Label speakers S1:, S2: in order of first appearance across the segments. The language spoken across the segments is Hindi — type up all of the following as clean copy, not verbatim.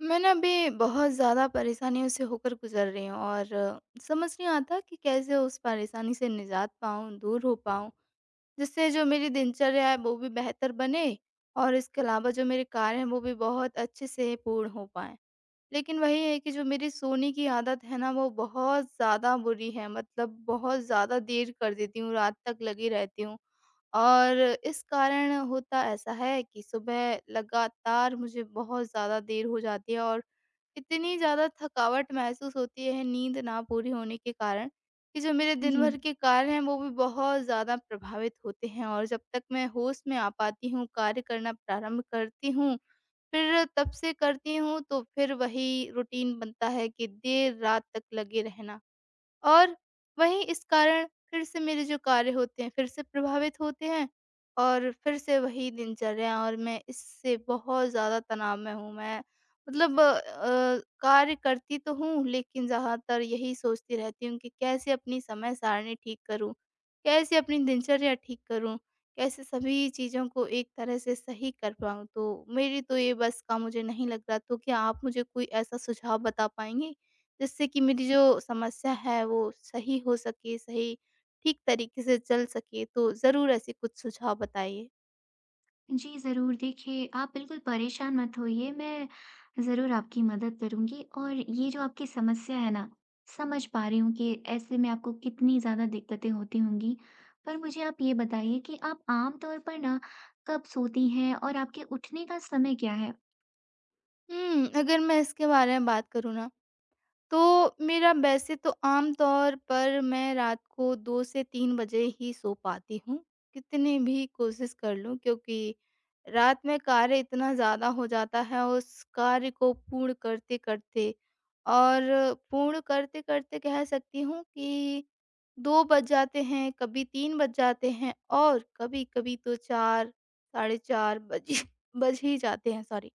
S1: मैं ना अभी बहुत ज़्यादा परेशानियों से होकर गुज़र रही हूँ और समझ नहीं आता कि कैसे उस परेशानी से निजात पाऊँ, दूर हो पाऊँ। जिससे जो मेरी दिनचर्या है वो भी बेहतर बने और इसके अलावा जो मेरे कार्य हैं वो भी बहुत अच्छे से पूर्ण हो पाएँ। लेकिन वही है कि जो मेरी सोने की आदत है ना वो बहुत ज़्यादा बुरी है, मतलब बहुत ज़्यादा देर कर देती हूँ, रात तक लगी रहती हूँ। और इस कारण होता ऐसा है कि सुबह लगातार मुझे बहुत ज़्यादा देर हो जाती है और इतनी ज़्यादा थकावट महसूस होती है नींद ना पूरी होने के कारण कि जो मेरे दिन
S2: जी,
S1: भर के कार्य हैं वो भी बहुत ज़्यादा प्रभावित होते हैं, और जब तक मैं होश में आ पाती हूँ, कार्य करना प्रारंभ करती हूँ, फिर तब से करती हूँ तो फिर वही रूटीन बनता है कि देर रात तक लगे रहना। और वहीं इस कारण फिर से मेरे जो कार्य होते हैं, फिर से प्रभावित होते हैं और फिर से वही दिनचर्या, और मैं इससे बहुत ज़्यादा तनाव में हूँ। मैं मतलब कार्य करती तो हूँ लेकिन ज़्यादातर यही सोचती रहती हूँ कि कैसे अपनी समय सारणी ठीक करूँ? कैसे अपनी दिनचर्या ठीक करूँ? कैसे सभी चीज़ों को एक तरह से सही कर पाऊँ? तो मेरी तो ये बस का मुझे नहीं लग रहा, तो क्या आप मुझे कोई ऐसा सुझाव बता पाएँगे? जिससे कि मेरी जो समस्या है वो सही हो सके, सही ठीक तरीके से चल सके। तो ज़रूर ऐसे कुछ सुझाव बताइए।
S2: जी ज़रूर। देखिए, आप बिल्कुल परेशान मत होइए, मैं ज़रूर आपकी मदद करूँगी और ये जो आपकी समस्या है ना, समझ पा रही हूँ कि ऐसे में आपको कितनी ज़्यादा दिक्कतें होती होंगी। पर मुझे आप ये बताइए कि आप आम तौर पर ना कब सोती हैं और आपके उठने का समय क्या है?
S1: अगर मैं इसके बारे में बात करूँ ना, तो मेरा, वैसे तो आम तौर पर मैं रात को 2 से 3 बजे ही सो पाती हूँ, कितनी भी कोशिश कर लूँ, क्योंकि रात में कार्य इतना ज़्यादा हो जाता है, उस कार्य को पूर्ण करते-करते और पूर्ण करते-करते कह सकती हूँ कि 2 बज जाते हैं, कभी 3 बज जाते हैं और कभी-कभी तो 4, साढ़े 4 बज बज ही जाते हैं, सॉरी।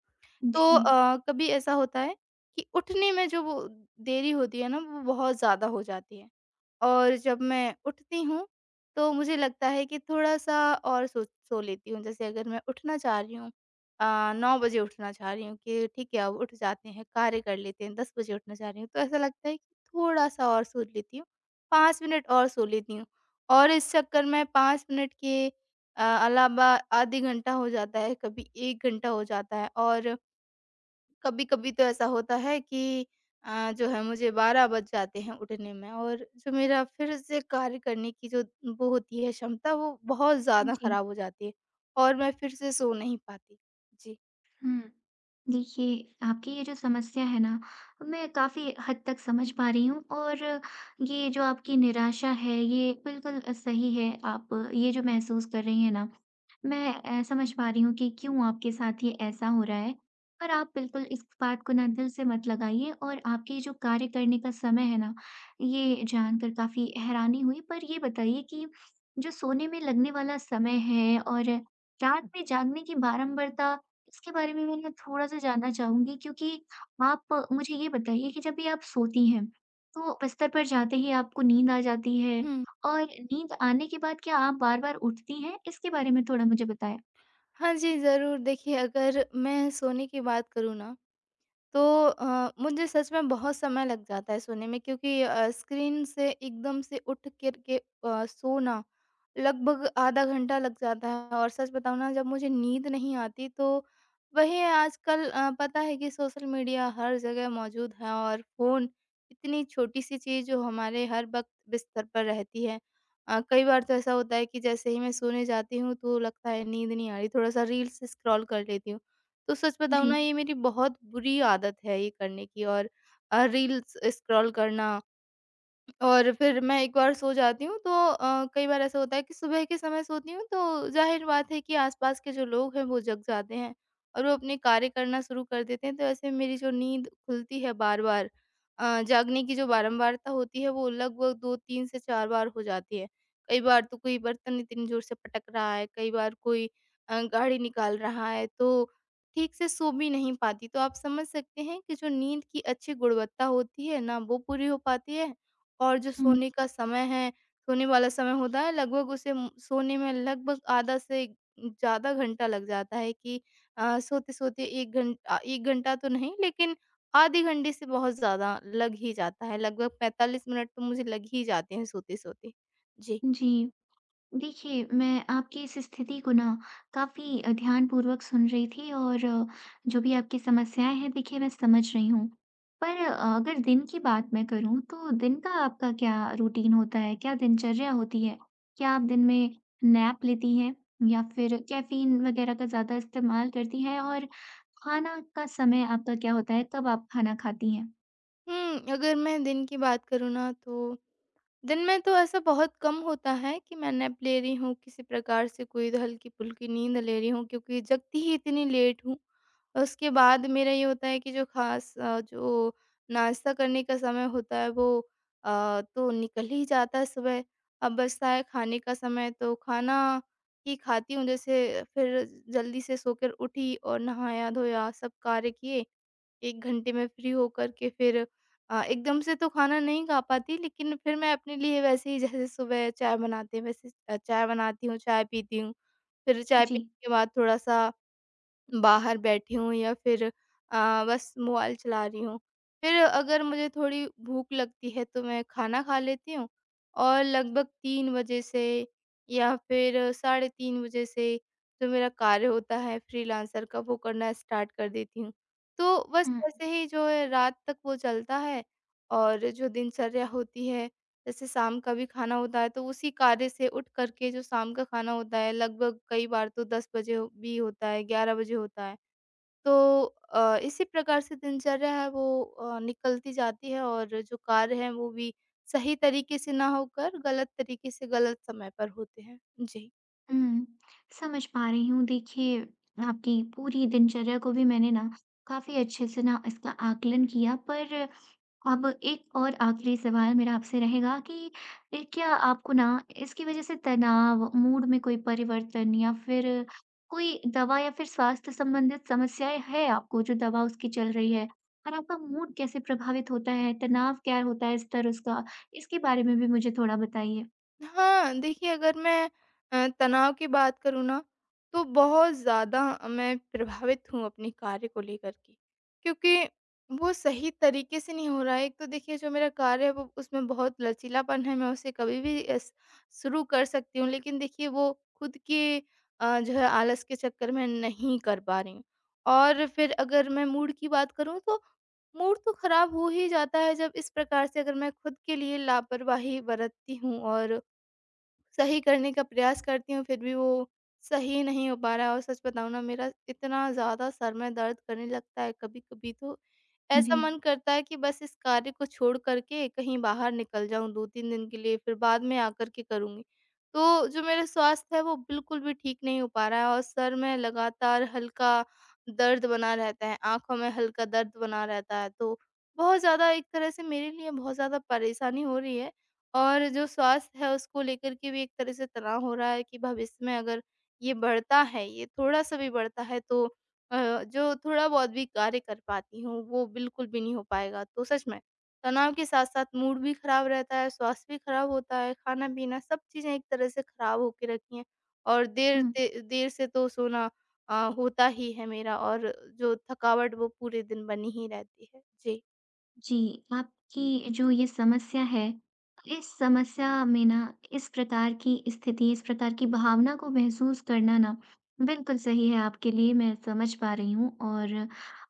S1: तो
S2: जी।
S1: कभी ऐसा होता है कि उठने में जो वो देरी होती है ना वो बहुत ज़्यादा हो जाती है। और जब मैं उठती हूँ तो मुझे लगता है कि थोड़ा-सा और सो लेती हूँ। जैसे अगर मैं उठना चाह रही हूँ, 9 बजे उठना चाह रही हूँ कि ठीक है अब उठ जाते हैं, कार्य कर लेते हैं, 10 बजे उठना चाह रही हूँ तो ऐसा लगता है कि थोड़ा-सा और सो लेती हूँ, 5 मिनट और सो लेती हूँ। और इस चक्कर में 5 मिनट के अलावा आधे घंटा हो जाता है, कभी 1 घंटा हो जाता है और कभी-कभी तो ऐसा होता है कि जो है, मुझे 12 बज जाते हैं उठने में और जो मेरा फिर से कार्य करने की जो वो होती है क्षमता, वो बहुत ज़्यादा
S2: जी।
S1: खराब हो जाती है और मैं फिर से सो नहीं पाती। जी।
S2: हुँ। देखिए, आपकी ये जो समस्या है ना, मैं काफ़ी हद तक समझ पा रही हूँ और ये जो आपकी निराशा है, ये बिल्कुल सही है। आप ये जो महसूस कर रही हैं ना, मैं समझ पा रही हूँ कि क्यों आपके साथ ये ऐसा हो रहा है। पर आप बिल्कुल इस बात को ना दिल से मत लगाइए और आपके जो कार्य करने का समय है ना, ये जानकर काफ़ी हैरानी हुई। पर ये बताइए कि जो सोने में लगने वाला समय है और रात में जागने की बारंबारता, इसके बारे में मैं ना थोड़ा-सा जानना चाहूँगी क्योंकि आप मुझे ये बताइए कि जब भी आप सोती हैं, तो बिस्तर पर जाते ही आपको नींद आ जाती है
S1: हुँ।
S2: और नींद आने के बाद क्या आप बार-बार उठती हैं? इसके बारे में थोड़ा मुझे बताएँ।
S1: हाँ जी, ज़रूर। देखिए, अगर मैं सोने की बात करूँ ना, तो मुझे सच में बहुत समय लग जाता है सोने में, क्योंकि स्क्रीन से एकदम से उठ कर के सोना, लगभग आधा घंटा लग जाता है। और सच बताऊँ ना, जब मुझे नींद नहीं आती तो वही है, आजकल पता है कि सोशल मीडिया हर जगह मौजूद है और फ़ोन, इतनी छोटी सी चीज़ जो हमारे हर वक्त बिस्तर पर रहती है। कई बार तो ऐसा होता है कि जैसे ही मैं सोने जाती हूँ तो लगता है नींद नहीं आ रही, थोड़ा-सा रील्स स्क्रॉल कर लेती हूँ। तो सच बताऊँ
S2: जी।
S1: ना, ये मेरी बहुत बुरी आदत है, ये करने की, और रील्स स्क्रॉल करना। और फिर मैं एक बार सो जाती हूँ तो कई बार ऐसा होता है कि सुबह के समय सोती हूँ तो ज़ाहिर बात है कि आसपास के जो लोग हैं वो जग जाते हैं और वो अपने कार्य करना शुरू कर देते हैं, तो ऐसे में मेरी जो नींद खुलती है बार-बार, जागने की जो बारंबारता होती है वो लगभग 2-3 से 4 बार हो जाती है। कई बार तो कोई बर्तन इतनी ज़ोर से पटक रहा है, कई बार कोई गाड़ी निकाल रहा है, तो ठीक से सो भी नहीं पाती। तो आप समझ सकते हैं कि जो नींद की अच्छी गुणवत्ता होती है ना वो पूरी हो पाती है। और जो
S2: हुँ।
S1: सोने का समय है, सोने वाला समय होता है लगभग उसे, सोने में लगभग आधा से ज़्यादा घंटा लग जाता है कि सोते-सोते 1 घंटा तो नहीं, लेकिन आधे घंटे से बहुत ज़्यादा लग ही जाता है, लगभग 45 मिनट तो मुझे लग ही जाते हैं सोते-सोते। जी।
S2: जी। देखिए, मैं आपकी इस स्थिति को ना काफ़ी ध्यानपूर्वक सुन रही थी और जो भी आपकी समस्याएँ हैं देखिए मैं समझ रही हूँ। पर अगर दिन की बात मैं करूँ तो दिन का आपका क्या रूटीन होता है? क्या दिनचर्या होती है? क्या आप दिन में नैप लेती हैं या फिर कैफ़ीन वग़ैरह का ज़्यादा इस्तेमाल करती हैं? और खाना का समय आपका क्या होता है? कब आप खाना खाती हैं?
S1: अगर मैं दिन की बात करूँ ना, तो दिन में तो ऐसा बहुत कम होता है कि मैं नैप ले रही हूँ, किसी प्रकार से कोई हल्की-फुल्की नींद ले रही हूँ, क्योंकि जगती ही इतनी लेट हूँ। और उसके बाद मेरा ये होता है कि जो ख़ास जो नाश्ता करने का समय होता है वो तो निकल ही जाता है सुबह। अब बचता है खाने का समय, तो खाना ही खाती हूँ, जैसे फिर जल्दी से सोकर उठी और नहाया-धोया, सब कार्य किए, 1 घंटे में फ्री होकर के फिर एकदम से तो खाना नहीं खा पाती, लेकिन फिर मैं अपने लिए वैसे ही जैसे सुबह चाय बनाते हैं वैसे चाय बनाती हूँ, चाय पीती हूँ। फिर चाय
S2: जी।
S1: पीने के बाद थोड़ा-सा बाहर बैठी हूँ या फिर बस मोबाइल चला रही हूँ। फिर अगर मुझे थोड़ी भूख लगती है तो मैं खाना खा लेती हूँ, और लगभग 3 बजे से या फिर साढ़े 3 बजे से जो मेरा कार्य होता है फ्रीलांसर का, वो करना स्टार्ट कर देती हूँ। तो बस
S2: हुँ,
S1: ऐसे ही जो है रात तक वो चलता है, और जो दिनचर्या होती है, जैसे शाम का भी खाना होता है तो उसी कार्य से उठ कर के जो शाम का खाना होता है लगभग, कई बार तो 10 बजे भी होता है, 11 बजे होता है। तो इसी प्रकार से दिनचर्या है, वो निकलती जाती है और जो कार्य है वो भी सही तरीके से ना होकर गलत तरीके से गलत समय पर होते हैं जी।
S2: हुँ, समझ पा रही हूँ। देखिए, आपकी पूरी दिनचर्या को भी मैंने ना काफ़ी अच्छे से ना इसका आकलन किया। पर अब एक और आखिरी सवाल मेरा आपसे रहेगा कि क्या आपको ना इसकी वज़ह से तनाव, मूड में कोई परिवर्तन या फिर कोई दवा या फिर स्वास्थ्य संबंधित समस्याएँ हैं आपको जो दवा उसकी चल रही है? और आपका मूड कैसे प्रभावित होता है? तनाव क्या होता है स्तर उसका? इसके बारे में भी मुझे थोड़ा बताइए।
S1: हाँ, देखिए, अगर मैं तनाव की बात करूँ ना, तो बहुत ज़्यादा मैं प्रभावित हूँ अपने कार्य को लेकर के। क्योंकि वो सही तरीके से नहीं हो रहा है। एक तो देखिए जो मेरा कार्य है, वो उसमें बहुत लचीलापन है, मैं उसे कभी भी एस शुरू कर सकती हूँ। लेकिन देखिए वो खुद के जो है आलस के चक्कर में नहीं कर पा रही हूँ। और फिर अगर मैं मूड की बात करूँ, तो मूड तो खराब हो ही जाता है जब इस प्रकार से अगर मैं खुद के लिए लापरवाही बरतती हूँ, और सही करने का प्रयास करती हूँ फिर भी वो सही नहीं हो पा रहा है। और सच बताऊँ ना, मेरा इतना ज़्यादा सर में दर्द करने लगता है कभी-कभी तो, ऐसा
S2: जी।
S1: मन करता है कि बस इस कार्य को छोड़ कर के कहीं बाहर निकल जाऊँ 2-3 दिन के लिए, फिर बाद में आकर के करूँगी। तो जो मेरा स्वास्थ्य है वो बिल्कुल भी ठीक नहीं हो पा रहा है, और सर में लगातार हल्का दर्द बना रहता है, आँखों में हल्का दर्द बना रहता है, तो बहुत ज़्यादा, एक तरह से मेरे लिए बहुत ज़्यादा परेशानी हो रही है। और जो स्वास्थ्य है उसको लेकर के भी एक तरह से तनाव हो रहा है कि भविष्य में अगर ये बढ़ता है, ये थोड़ा-सा भी बढ़ता है, तो जो थोड़ा बहुत भी कार्य कर पाती हूँ वो बिल्कुल भी नहीं हो पाएगा। तो सच में तनाव के साथ-साथ मूड भी खराब रहता है, स्वास्थ्य भी खराब होता है, खाना-पीना सब चीज़ें एक तरह से खराब होके रखी हैं, और देर
S2: हुँ।
S1: ते देर से तो सोना होता ही है मेरा, और जो थकावट वो पूरे दिन बनी ही रहती है। जी।
S2: जी, आपकी जो ये समस्या है, इस समस्या में ना इस प्रकार की स्थिति, इस प्रकार की भावना को महसूस करना ना बिल्कुल सही है आपके लिए, मैं समझ पा रही हूँ और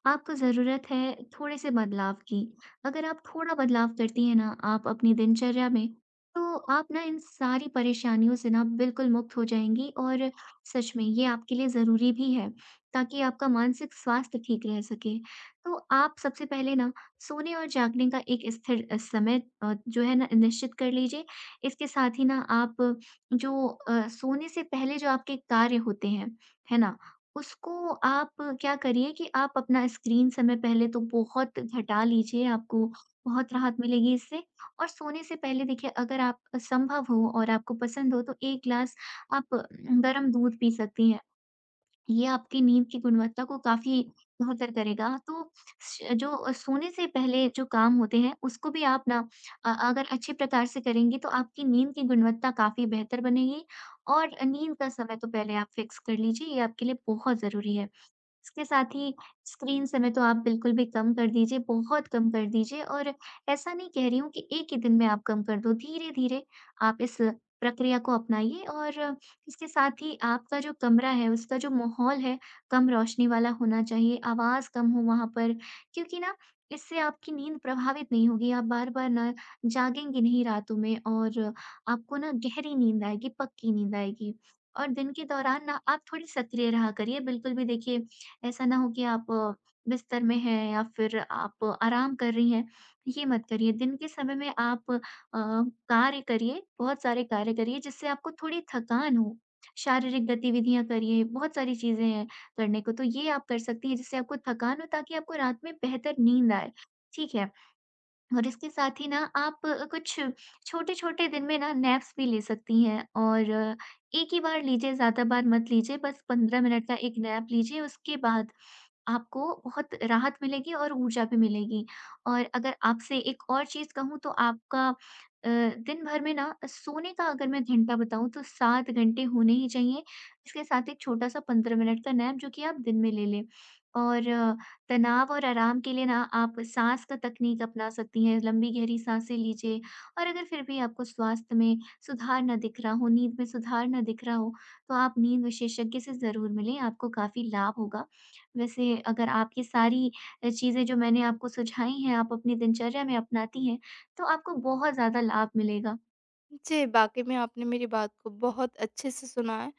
S2: आपको ज़रूरत है थोड़े-से बदलाव की। अगर आप थोड़ा बदलाव करती हैं ना आप अपनी दिनचर्या में, तो आप ना इन सारी परेशानियों से ना बिल्कुल मुक्त हो जाएँगी और सच में ये आपके लिए ज़रूरी भी है, ताकि आपका मानसिक स्वास्थ्य ठीक रह सके। तो आप सबसे पहले ना सोने और जागने का एक स्थिर समय जो है ना निश्चित कर लीजिए। इसके साथ ही ना आप जो सोने से पहले जो आपके कार्य होते हैं, है ना? उसको आप क्या करिए कि आप अपना स्क्रीन समय पहले तो बहुत घटा लीजिए, आपको बहुत राहत मिलेगी इससे। और सोने से पहले देखिए अगर आप संभव हो और आपको पसंद हो तो 1 ग्लास आप गरम दूध पी सकती हैं। ये आपकी नींद की गुणवत्ता को काफ़ी बेहतर करेगा। तो स जो सोने से पहले जो काम होते हैं, उसको भी आप ना अगर अच्छे प्रकार से करेंगी, तो आपकी नींद की गुणवत्ता काफ़ी बेहतर बनेगी और नींद का समय तो पहले आप फ़िक्स कर लीजिए, ये आपके लिए बहुत ज़रूरी है। इसके साथ ही स्क्रीन समय तो आप बिल्कुल भी कम कर दीजिए, बहुत कम कर दीजिए और ऐसा नहीं कह रही हूँ कि एक ही दिन में आप कम कर दो, धीरे-धीरे आप इस प्रक्रिया को अपनाइए और इसके साथ ही आपका जो कमरा है, उसका जो माहौल है, कम रोशनी वाला होना चाहिए, आवाज़ कम हो वहाँ पर क्योंकि ना इससे आपकी नींद प्रभावित नहीं होगी, आप बार-बार ना जागेंगी नहीं रातों में और आपको ना गहरी नींद आएगी, पक्की नींद आएगी। और दिन के दौरान ना आप थोड़ी सक्रिय रहा करिए, बिल्कुल भी देखिए ऐसा ना हो कि आप बिस्तर में हैं या फिर आप आराम कर रही हैं, ये मत करिए। दिन के समय में आप कार्य करिए, बहुत सारे कार्य करिए जिससे आपको थोड़ी थकान हो। शारीरिक गतिविधियाँ करिए, बहुत सारी चीज़ें हैं करने को, तो ये आप कर सकती हैं जिससे आपको थकान हो ताकि आपको रात में बेहतर नींद आए, ठीक है? और इसके साथ ही ना आप कुछ छोटे-छोटे दिन में ना नैप्स भी ले सकती हैं और एक ही बार लीजिए, ज़्यादा बार मत लीजिए, बस 15 मिनट का एक नैप लीजिए, उसके बाद आपको बहुत राहत मिलेगी और ऊर्जा भी मिलेगी। और अगर आपसे एक और चीज़ कहूँ तो आपका दिन भर में ना सोने का अगर मैं घंटा बताऊँ तो 7 घंटे होने ही चाहिए। इसके साथ एक छोटा-सा 15 मिनट का नैप जो कि आप दिन में ले लें। और तनाव और आराम के लिए ना आप साँस का तकनीक अपना सकती हैं, लंबी गहरी साँसें लीजिए। और अगर फिर भी आपको स्वास्थ्य में सुधार ना दिख रहा हो, नींद में सुधार ना दिख रहा हो, तो आप नींद विशेषज्ञ से ज़रूर मिलें, आपको काफ़ी लाभ होगा। वैसे अगर आप ये सारी चीज़ें जो मैंने आपको सुझाई हैं, आप अपनी दिनचर्या में अपनाती हैं, तो आपको बहुत ज़्यादा लाभ मिलेगा।
S1: जी, वाक़ई में आपने मेरी बात को बहुत अच्छे से सुना है।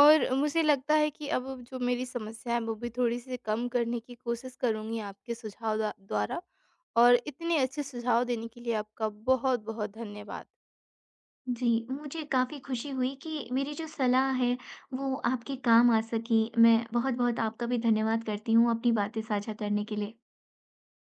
S1: और मुझे लगता है कि अब जो मेरी समस्या है वो भी थोड़ी-सी कम करने की कोशिश करूँगी आपके सुझाव द्वारा। और इतने अच्छे सुझाव देने के लिए आपका बहुत-बहुत धन्यवाद।
S2: जी, मुझे काफ़ी खुशी हुई कि मेरी जो सलाह है, वो आपके काम आ सकी। मैं बहुत-बहुत आपका भी धन्यवाद करती हूँ अपनी बातें साझा करने के लिए।